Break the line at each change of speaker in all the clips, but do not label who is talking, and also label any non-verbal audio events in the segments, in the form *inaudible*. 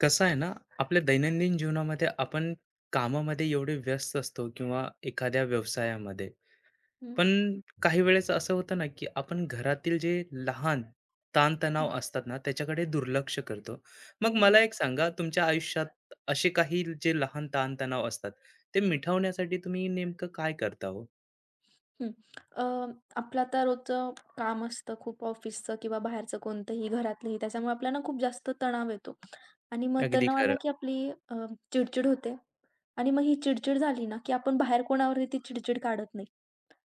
कसं आहे ना, आपल्या दैनंदिन जीवनामध्ये आपण कामामध्ये एवढे व्यस्त असतो किंवा एखाद्या व्यवसायामध्ये.
हं,
पण काही वेळेस असं होतं ना, की आपण घरातील जे लहान ताणतणाव
हं,
असतात ना, त्याच्याकडे दुर्लक्ष करतो. मग
हं,
मला एक सांगा, तुमच्या आयुष्यात असे काही जे लहान ताणतणाव असतात, ते मिटवण्यासाठी तुम्ही नेमकं काय करता हो?
हं. अ, आपलं आता रोजचं काम असतं खूप ऑफिसचं किंवा बाहेरचं कोणतंही, घरातलंही. त्याच्यामुळे आपल्याला खूप जास्त तणाव येतो आणि मग
अगदी
तणाव आला
खरं.
की आपली अ, चिडचिड होते आणि मग ही चिडचिड झाली ना, की आपण बाहेर कोणावरती ती चिडचिड काढत नाही.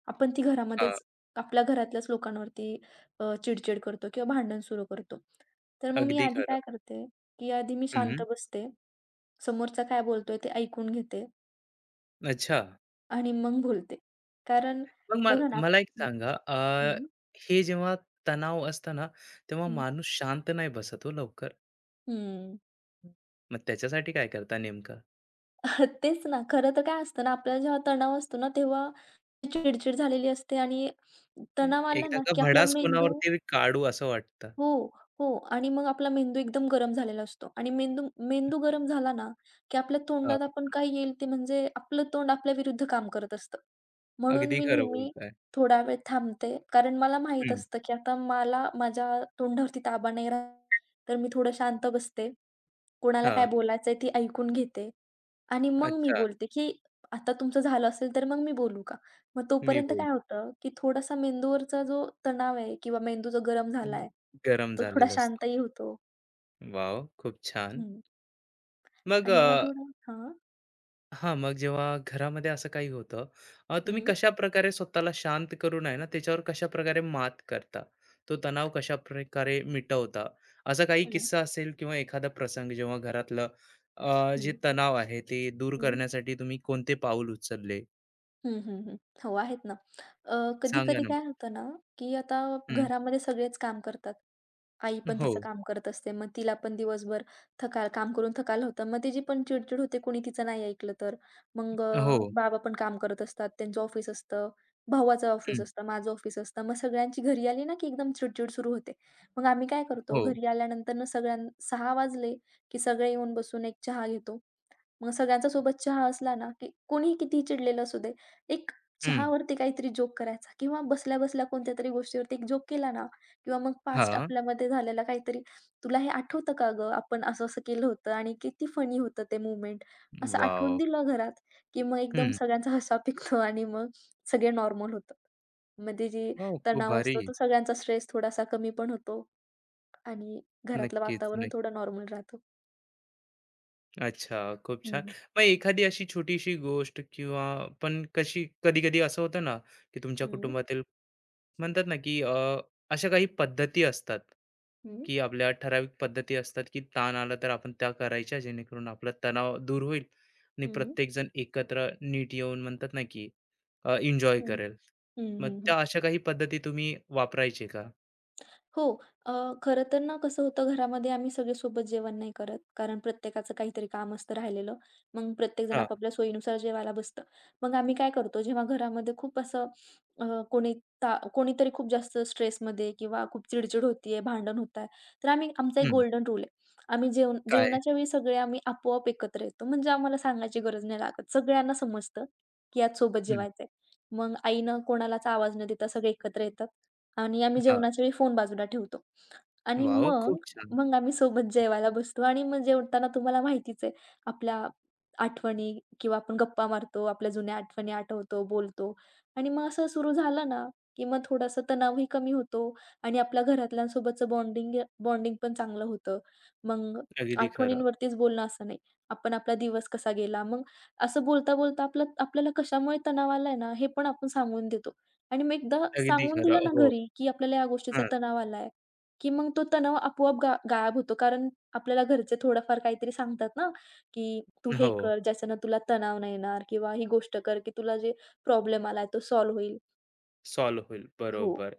आपण ती
हां,
घरामध्येच आपल्या घरातल्याच लोकांवरती चिडचिड करतो किंवा भांडण सुरू करतो. तर मग मी
अगदी
आधी काय
खरं.
करते, की आधी मी शांत
हं.
बसते. समोरचा काय बोलतोय ते ऐकून घेते.
अच्छा.
आणि मग बोलते. कारण
मग मल
बघा ना.
मला एक सांगा,
हं,
हे जेव्हा तणाव असतं ना, तेव्हा
हं,
माणूस शांत नाही बसत हो लवकर.
हं.
हं. मग त्याच्यासाठी काय करता नेमकं?
*laughs* तेच ना. खरं तर काय असतं ना, आपल्याला जेव्हा तणाव असतो ना, तेव्हा चिडचिड झालेली असते आणि
तर
तणाव आला
एकदा
ना,
का
की आपला
भडास
मेंदू
कोणावरती काढू असं वाटतं.
हो, हो. आणि मग आपला मेंदू एकदम गरम झालेला असतो आणि मेंदू मेंदू गरम झाला ना, की आपल्या
हां,
तोंडात आपण काय येईल ते म्हणजे आपलं तोंड आपल्या विरुद्ध काम करत असतं. म्हणून
अगदी
मी
खरं
नेहमी
बोलताय.
थोडा वेळ थांबते. कारण मला माहीत
हं,
असतं, की आता मला माझ्या तोंडावरती ताबा नाही राहणार. तर मी थोडं शांत बसते. कोणाला काय
हां,
बोलायचंय ती ऐकून घेते आणि मग मी
अच्छा.
बोलते, की आता तुमचं झालं असेल तर मग मी बोलू का? मग
मी
तोपर्यंत
बोल
काय होतं, की थोडासा मेंदूवरचा जो तणाव आहे किंवा मेंदू जो गरम
हम्म,
झालाय,
गरम
तो थोडा
झालेलं असतं.
शांतही होतो.
वाव खूप छान.
हं.
मग
आणि मग थोडं हां.
हां, मग जेव्हा घरामध्ये असं काही होतं, तुम्ही
हं,
कशाप्रकारे स्वतःला शांत करून आहे ना, त्याच्यावर कशाप्रकारे मात करता? तो तणाव कशा प्रकारे मिटवता? असा काही
हं,
किस्सा असेल किंवा एखादा प्रसंग जेव्हा घरातलं जे
हं,
तणाव आहे ते दूर
हं.
करण्यासाठी तुम्ही कोणते पाऊल उचलले?
हं, हं, हं. हो, आहेत ना. अ,
सांगा
कधी-कधी
ना मग?
काय होतं ना, की आता
हं,
घरामध्ये सगळेच काम करतात. आई पण
हो,
तिचं काम करत असते. मग तिला पण दिवसभर काम करून थकाल होतं. मग तिची पण चिडचिड होते कोणी तिचं नाही ऐकलं तर. मग
हो,
बाबा पण काम करत असतात. त्यांचं ऑफिस असतं. भावाचं ऑफिस
हं,
असतं. माझं ऑफिस असतं. मग सगळ्यांची घरी आली ना, की एकदम चिडचिड सुरू होते. मग आम्ही काय करतो
हो,
घरी आल्यानंतर ना 6:00 वाजले, की सगळे येऊन बसून एक चहा घेतो. मग सगळ्यांच्या सोबत चहा असला ना, की कोणीही कितीही चिडलेलं असू दे, एक
हं.
चहावरती काहीतरी जोक करायचा किंवा बसल्या-बसल्या कोणत्यातरी गोष्टीवरती एक जोक केला ना किंवा मग पास्ट
हां,
आपल्यामध्ये झालेला काहीतरी, "तुला हे आठवतं का गं? आपण असं-असं केलं होतं आणि किती फनी होतं ते मोमेंट." असं आठवून
वॉव!
दिलं घरात, की मग एकदम
हं,
सगळ्यांचा हसा पिकतो आणि मग सगळे नॉर्मल होतात. मध्ये जे
वॉव! खूप
तणाव
भारी.
असतो तो सगळ्यांचा स्ट्रेस थोडासा कमी पण होतो आणि घरातलं
नक्कीच,
वातावरण थोडं नॉर्मल राहतं.
अच्छा, खूप छान.
हं,
मग एखादी अशी छोटीशी गोष्ट किंवा पण कशी कधी-कधी असं होतं ना, की तुमच्या
हं,
कुटुंबातील म्हणतात ना, की अशा काही पद्धती असतात,
हं,
की आपल्या ठराविक पद्धती असतात, की ताण आला तर आपण त्या करायच्या जेणेकरून आपला तणाव दूर होईल आणि
हं,
प्रत्येकजण एकत्र नीट येऊन म्हणतात ना, की एन्जॉय
हं.
करेल.
हं,
मग
हं, हं.
त्या अशा काही पद्धती तुम्ही वापरायचे का?
हो, अ, खरं तर ना कसं होतं घरामध्ये आम्ही सगळे सोबत जेवण नाही करत. कारण प्रत्येकाचं काहीतरी काम असतं राहिलेलं. मग प्रत्येकजण
हां,
आपापल्या सोयीनुसार जेवायला बसतं. मग आम्ही काय करतो जेव्हा घरामध्ये खूप असं अ, कोणी ता कोणीतरी खूप जास्त स्ट्रेसमध्ये किंवा खूप चिडचिड होतीये, भांडण होत आहे, तर आम्ही आमचा एक
हं.
गोल्डन रूल आहे. आम्ही
काय?
जेवणाच्या वेळी सगळे आम्ही आपोआप एकत्र येतो. म्हणजे आम्हाला सांगायची गरज नाही लागत. सगळ्यांना समजतं, की आज सोबत
हं.
जेवायचंय. मग आईनं कोणालाच आवाज न देता सगळे एकत्र येतात. आणि आम्ही
हां.
जेवणाच्या वेळी फोन बाजूला ठेवतो. आणि
वॉव!
मग
खूप छान.
मग आम्ही सोबत जेवायला बसतो आणि मग जेवताना तुम्हाला माहितीच आहे, आपल्या आठवणी किंवा आपण गप्पा मारतो, आपल्या जुन्या आठवणी आठवतो, बोलतो आणि मग असं सुरू झालं ना, की मग थोडासा तणावही कमी होतो आणि आपल्या घरातल्यांसोबतचं बॉन्डिंग बॉन्डिंग पण चांगलं होतं. मग
अगदी खरं,
आठवणींवरतीच बोलणं असं नाही. आपण आपला दिवस कसा गेला, मग असं बोलता-बोलता आपलं आपल्याला कशामुळे तणाव आलाय ना, हे पण आपण सांगून देतो. आणि मग एकदा
अगदी
सांगून दिलं
खरं.
ना
हो.
घरी, की आपल्याला या गोष्टीचा
हां,
तणाव आलाय, की मग तो तणाव आपोआप गायब होतो. कारण आपल्याला घरचे थोडंफार काहीतरी सांगतात ना, की "तू हे
हो,
कर, ज्याच्यानं तुला तणाव नाही येणार" किंवा "ही गोष्ट कर, की तुला जे प्रॉब्लेम आलाय तो सॉल्व्ह होईल."
सॉल्व्ह होईल.
हो.
बरोबर.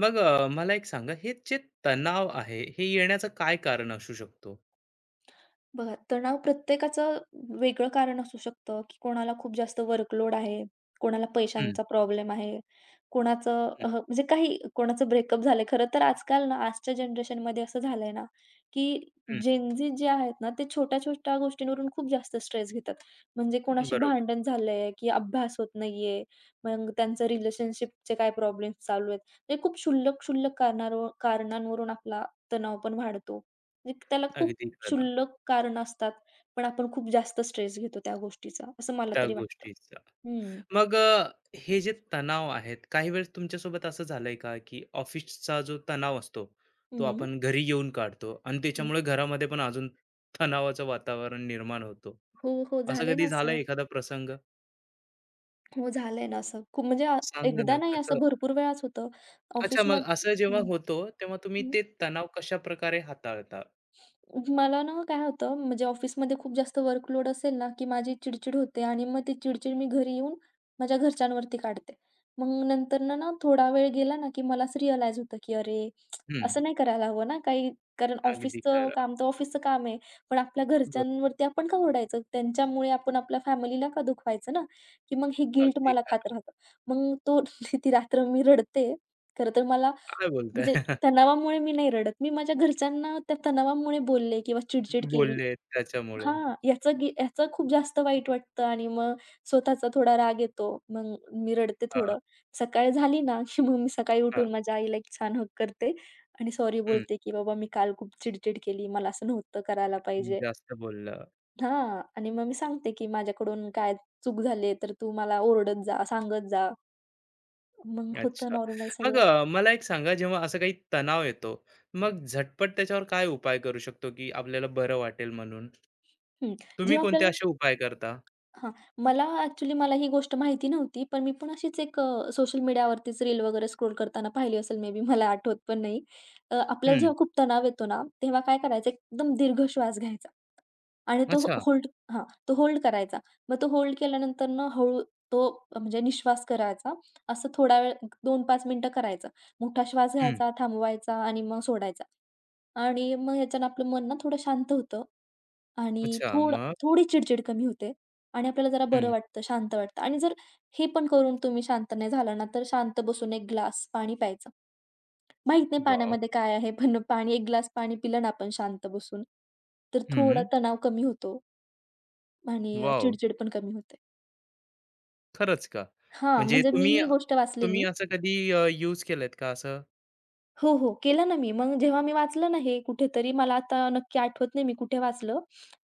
मग मला एक सांगा, हे जे तणाव आहे, हे येण्याचं काय कारण असू शकतो?
बघा, तणाव प्रत्येकाचं वेगळं कारण असू शकतं, की कोणाला खूप जास्त वर्कलोड आहे, कोणाला
हं,
पैशांचा प्रॉब्लेम आहे, कोणाचं
हं,
म्हणजे काही कोणाचं ब्रेकअप झालंय. खरं तर आजकाल ना, आजच्या जनरेशनमध्ये असं झालंय ना, की
हं.
जेनझी जे आहेत ना, ते छोट्या-छोट्या गोष्टींवरून खूप जास्त स्ट्रेस घेतात. म्हणजे कोणाशी
बरोबर.
भांडण झालंय, की अभ्यास होत नाहीये, मग त्यांचं रिलेशनशिपचे काय प्रॉब्लेम्स चालू आहेत. म्हणजे खूप क्षुल्लक-क्षुल्लक कारणांवरून आपला तणाव पण वाढतो. म्हणजे त्याला खूप
अगदी खरं.
क्षुल्लक कारण असतात, पण आपण खूप जास्त स्ट्रेस घेतो त्या गोष्टीचा, असं मला
त्या
तरी वाटतं.
गोष्टीचा.
हं,
मग हे जे तणाव आहेत, काही वेळेस तुमच्यासोबत असं झालंय का, की ऑफिसचा जो तणाव असतो, तो
हं.
आपण घरी येऊन काढतो आणि
हं.
त्याच्यामुळे घरामध्ये पण अजून तणावाचं वातावरण निर्माण होतो.
हो, हो.
असं
झालंय ना
कधी
असं.
झालंय एखादा प्रसंग?
हो, झालंय ना असं. खूप म्हणजे
सांगा
एकदा
ना,
नाही असं भरपूर वेळाच होतं.
अच्छा, मग
ऑफिसमध्ये
असं जेव्हा
हं.
होतो, तेव्हा तुम्ही ते तणाव कशाप्रकारे हाताळता?
मला ना काय होतं, म्हणजे ऑफिसमध्ये खूप जास्त वर्कलोड असेल ना, की माझी चिडचिड होते आणि मग ती चिडचिड मी घरी येऊन माझ्या घरच्यांवरती काढते. मग नंतरनं ना ना थोडा वेळ गेला ना, की मला असं रिअलाईज होतं, की अरे,
हं.
असं नाही करायला हवं ना काही कारण
अगदी
ऑफिसचं
खरं.
काम तर ऑफिसचं काम आहे. पण आपल्या
बरं.
घरच्यांवरती आपण का ओरडायचं? त्यांच्यामुळे आपण आपल्या फॅमिलीला का दुखवायचं ना? की मग हे गिल्ट
अगदी
मला खात
खरं.
राहतं. मग तो *laughs* ती रात्र मी रडते. खरं तर मला
काय बोलताय?
म्हणजे
*laughs*
तणावामुळे मी नाही रडत. मी माझ्या घरच्यांना त्या तणावामुळे बोलले किंवा चिडचिड केली.
बोलले त्याच्यामुळे.
हां, याचं खूप जास्त वाईट वाटतं आणि मग स्वतःचा थोडा राग येतो. मग मी रडते
हां,
थोडं. सकाळ झाली ना, की मग मी सकाळी
हां.
उठून माझ्या आईला एक छान हग करते आणि सॉरी
हं.
बोलते, की "बाबा मी काल खूप चिडचिड केली. मला असं नव्हतं करायला पाहिजे."
जास्त बोललं.
हां आणि मग मी सांगते, की "माझ्याकडून काय चूक झाली तर तू मला ओरडत जा, सांगत जा." मग होतं
अच्छा.
नॉर्मल
मग
सगळं.
मला एक सांगा, जेव्हा असा काही तणाव येतो, मग झटपट त्याच्यावर काय उपाय करू शकतो, की आपल्याला बरं वाटेल म्हणून?
हं,
तुम्ही
जेव्हा
कोणते
आपल्याला
असे उपाय करता?
हां. मला ही गोष्ट माहिती नव्हती. पण मी पण अशीच एक सोशल मीडियावरतीच रील वगैरे स्क्रोल करताना पाहिली असेल मे बी मला आठवत पण नाही. आपल्याला
हं.
जेव्हा खूप तणाव येतो ना, तेव्हा काय करायचं एकदम दीर्घ श्वास घ्यायचा आणि तो
अच्छा.
होल्ड हां, तो होल्ड करायचा. मग तो होल्ड केल्यानंतर ना हळू तो म्हणजे निश्वास करायचा. असं थोडा वेळ 2-5 मिनिटं करायचं. मोठा श्वास
हं.
घ्यायचा, थांबवायचा आणि मग सोडायचा. आणि मग ह्याच्यानं आपलं मन ना थोडं शांत होतं. आणि
अच्छा.
थोडं
मग?
थोडी चिडचिड कमी होते आणि आपल्याला जरा बरं
हं.
वाटतं, शांत वाटतं आणि जर हे पण करून तुम्ही शांत नाही झाला ना, तर शांत बसून 1 ग्लास पाणी प्यायचं. माहीत नाही
वॉव!
पाण्यामध्ये काय आहे, पण 1 ग्लास पाणी पिलं ना आपण शांत बसून, तर थोडा
हं.
तणाव कमी होतो आणि
वॉव!
चिडचिड पण कमी होते.
खरंच का?
हां,
म्हणजे
म्हणजे मी
तुम्ही
ही गोष्ट
तुम्ही
वाचलेली.
असं कधी यूज केलेत का असं?
हो, हो. केलं ना मी. मग जेव्हा मी वाचलं ना हे कुठेतरी, मला आता नक्की आठवत नाही मी कुठे वाचलं.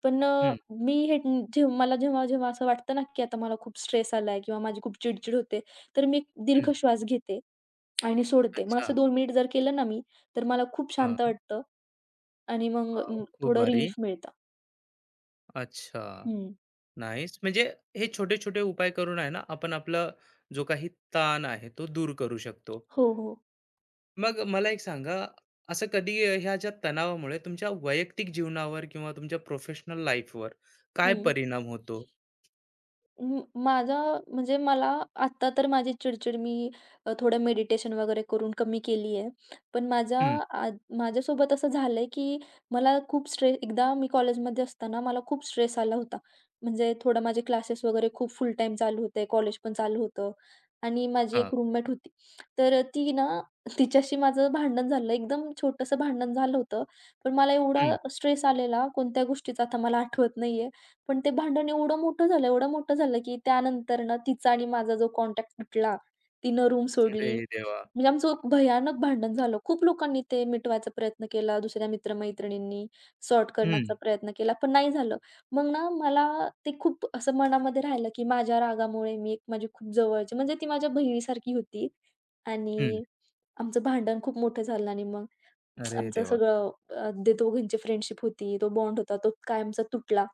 पण अ,
हं,
मी हे जे मला जेव्हा-जेव्हा असं वाटतं ना, की आता मला खूप स्ट्रेस आलाय किंवा माझी खूप चिड होते, तर मी एक दीर्घ
हं.
श्वास घेते आणि सोडते. मग असं
अच्छा.
2 मिनिट जर केलं ना मी, तर मला खूप शांत
हां.
वाटतं आणि मग
वॉव! खूप
थोडं
भारी.
रिलीफ मिळतं.
अच्छा.
हं.
नाईस. म्हणजे हे छोटे-छोटे उपाय करून आहे ना, आपण आपला जो काही ताण आहे, तो दूर करू शकतो.
हो, हो.
मग मला एक सांगा, असं कधी ह्या ज्या तणावामुळे तुमच्या वैयक्तिक जीवनावर किंवा तुमच्या प्रोफेशनल लाईफवर काय
हं.
परिणाम होतो?
म माझा म्हणजे मला आत्ता तर माझी चिड मी थोडं मेडिटेशन वगैरे करून कमी केली आहे. पण
हं.
माझ्यासोबत असं झालंय, की मला खूप स्ट्रे एकदा मी कॉलेजमध्ये असताना मला खूप स्ट्रेस आला होता. म्हणजे थोडं माझे क्लासेस वगैरे खूप फुल टाईम चालू होते, कॉलेज पण चालू होतं आणि माझी
हां.
एक रूममेट होती. तर ती ना तिच्याशी माझं भांडण झालं. एकदम छोटंसं भांडण झालं होतं. पण मला एवढा
हं.
स्ट्रेस आलेला कोणत्या गोष्टीचा आता मला आठवत नाहीये. पण ते भांडण एवढं मोठं झालं, की त्यानंतर ना तिचा आणि माझा जो कॉन्टॅक्ट तुटला. तिनं रूम
अरे
सोडली.
देवा!
म्हणजे आमचं भयानक भांडण झालं. खूप लोकांनी ते मिटवायचा प्रयत्न केला. दुसऱ्या मित्र-मैत्रिणींनी सॉर्ट
हं,
करण्याचा प्रयत्न केला, पण नाही झालं. मग ना मला ते खूप असं मनामध्ये राहिलं, की माझ्या रागामुळे मी एक माझी खूप जवळची म्हणजे ती माझ्या बहिणीसारखी होती
हं.
आणि आमचं भांडण खूप मोठं झालं आणि मग
अरे
आमचं
देवा!
सगळं ते दोघींची फ्रेंडशिप होती, तो बॉन्ड होता, तो कायमचा तुटला.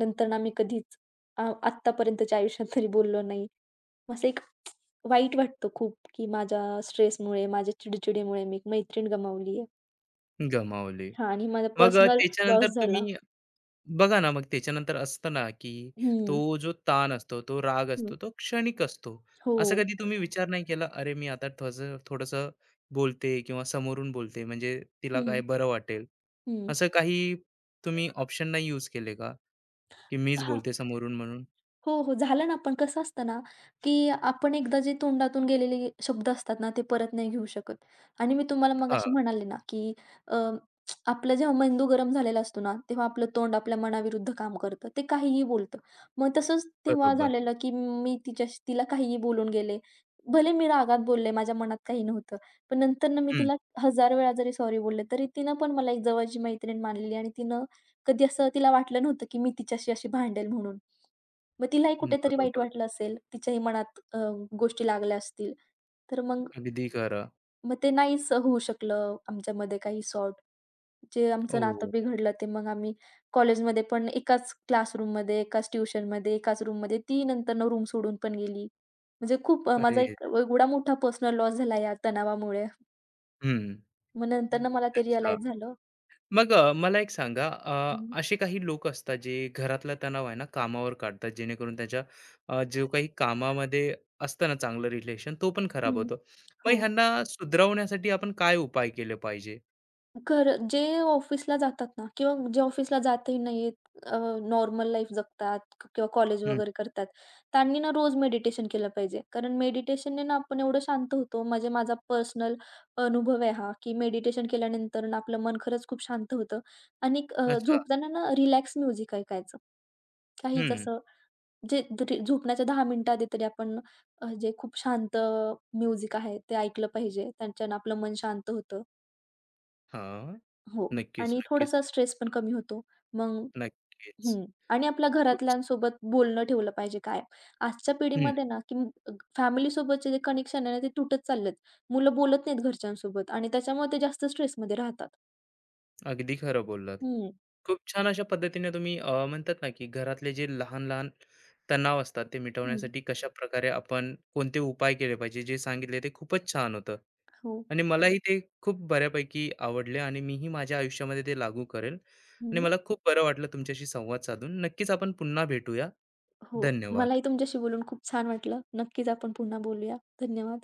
नंतर आम्ही कधीच अ, आत्तापर्यंतच्या आयुष्यात तरी बोललो नाही. असं एक वाईट वाटतं खूप, की माझ्या स्ट्रेसमुळे, माझ्या चिडचिडीमुळे मी एक मैत्रीण गमावली आहे.
गमावली.
हां आणि माझा
मग
पर्सनल
त्याच्यानंतर
लॉस झाला.
तुम्ही बघा ना, मग त्याच्यानंतर असतं ना, की
हं,
तो जो ताण असतो, तो राग
हं.
असतो, तो क्षणिक असतो.
हो.
असं कधी तुम्ही विचार नाही केला, "अरे, मी आता थोडंसं थोडंसं बोलते किंवा समोरून बोलते, म्हणजे तिला काय
हं,
बरं वाटेल."
हं.
असं काही तुम्ही ऑप्शन नाही यूज केले का, की मीच बोलते समोरून म्हणून?
हो, हो. झालं ना, पण कसं असतं ना, की आपण एकदा जे तोंडातून गेलेले शब्द असतात ना, ते परत नाही घेऊ शकत. आणि मी तुम्हाला
हां,
मगाशी म्हणाले ना, की अ, आपला जेव्हा मेंदू गरम झालेला असतो ना, तेव्हा आपलं तोंड आपल्या मनाविरुद्ध काम करतं. ते काहीही बोलतं. मग तसंच तेव्हा
बरोबर.
झालेलं, की मी तिला काहीही बोलून गेले. भले मी रागात बोलले, माझ्या मनात काही नव्हतं. पण नंतरनं मी
हं,
तिला 1000 वेळा जरी सॉरी बोलले, तरी तिनं पण मला एक जवळची मैत्रीण मानलेली आणि तिनं कधी असं तिला वाटलं नव्हतं, की मी तिच्याशी अशी भांडेल म्हणून. मग तिलाही
हं,
कुठेतरी वाईट
बरोबर.
वाटलं असेल. तिच्याही मनात गोष्टी लागल्या असतील. तर मग
अगदी खरं.
मग ते नाहीच होऊ शकलं आमच्यामध्ये काही सॉर्ट. जे आमचं नातं
ओह!
बिघडलं ते मग आम्ही कॉलेजमध्ये पण एकाच क्लासरूममध्ये, एकाच ट्युशनमध्ये, एकाच रूममध्ये ती नंतरनं रूम सोडून पण गेली. म्हणजे खूप माझा
अरे!
एक एवढा मोठा पर्सनल लॉस झाला या तणावामुळे.
हं.
मग नंतरनं मला ते
अच्छा.
रिअलाईज झालं.
मग मला एक सांगा,
हं,
असे काही लोक असतात जे घरातला तणाव आहे ना कामावर काढतात जेणेकरून त्याच्या जो काही कामामध्ये असतं ना चांगलं रिलेशन तो पण खराब
हं.
होतो. मग
हो.
ह्यांना सुधरवण्यासाठी आपण काय उपाय केले पाहिजे?
खरं जे ऑफिसला जातात ना किंवा जे ऑफिसला जातही नाहीत, नॉर्मल लाईफ जगतात किंवा कॉलेज
हम्म,
वगैरे करतात, त्यांनी ना रोज मेडिटेशन केलं पाहिजे. कारण मेडिटेशनने ना आपण एवढं शांत होतो. म्हणजे माझा पर्सनल अनुभव आहे हा, की मेडिटेशन केल्यानंतर ना आपलं मन खरंच खूप शांत होतं आणि
अच्छा.
झोपताना ना रिलॅक्स म्युझिक ऐकायचं. काहीच
हम्म.
असं जे री झोपण्याच्या 10 मिनिटं आधी तरी आपण जे खूप शांत म्युझिक आहे ते ऐकलं पाहिजे. त्यांच्यानं आपलं मन शांत होतं.
हा.
हो.
नक्कीच,
आणि
नक्कीच,
थोडासा स्ट्रेस पण कमी होतो. मग
नक्कीच.
हं. आणि आपल्या
खूप छ-
घरातल्यांसोबत बोलणं ठेवलं पाहिजे कायम. आजच्या
हम्म.
पिढीमध्ये ना, की अ, फॅमिलीसोबतचे जे कनेक्शन आहे ना, ते तुटत चाललेत. मुलं बोलत नाहीत घरच्यांसोबत आणि त्याच्यामुळे ते जास्त स्ट्रेसमध्ये राहतात.
अगदी खरं बोललात.
हं,
खूप छान अशा पद्धतीने तुम्ही, म्हणतात ना, की घरातले जे लहान लहान तणाव असतात ते
हं.
मिटवण्यासाठी कशा प्रकारे आपण कोणते उपाय केले पाहिजे जे सांगितले, ते खूपच छान होतं.
हो,
आणि हो, मलाही ते खूप बऱ्यापैकी आवडले आणि मीही माझ्या आयुष्यामध्ये ते लागू करेल. आणि
हं.
मला खूप बरं वाटलं तुमच्याशी संवाद साधून. नक्कीच आपण पुन्हा भेटूया.
हो. मलाही
धन्यवाद.
तुमच्याशी बोलून खूप छान वाटलं. नक्कीच आपण पुन्हा बोलूया. धन्यवाद.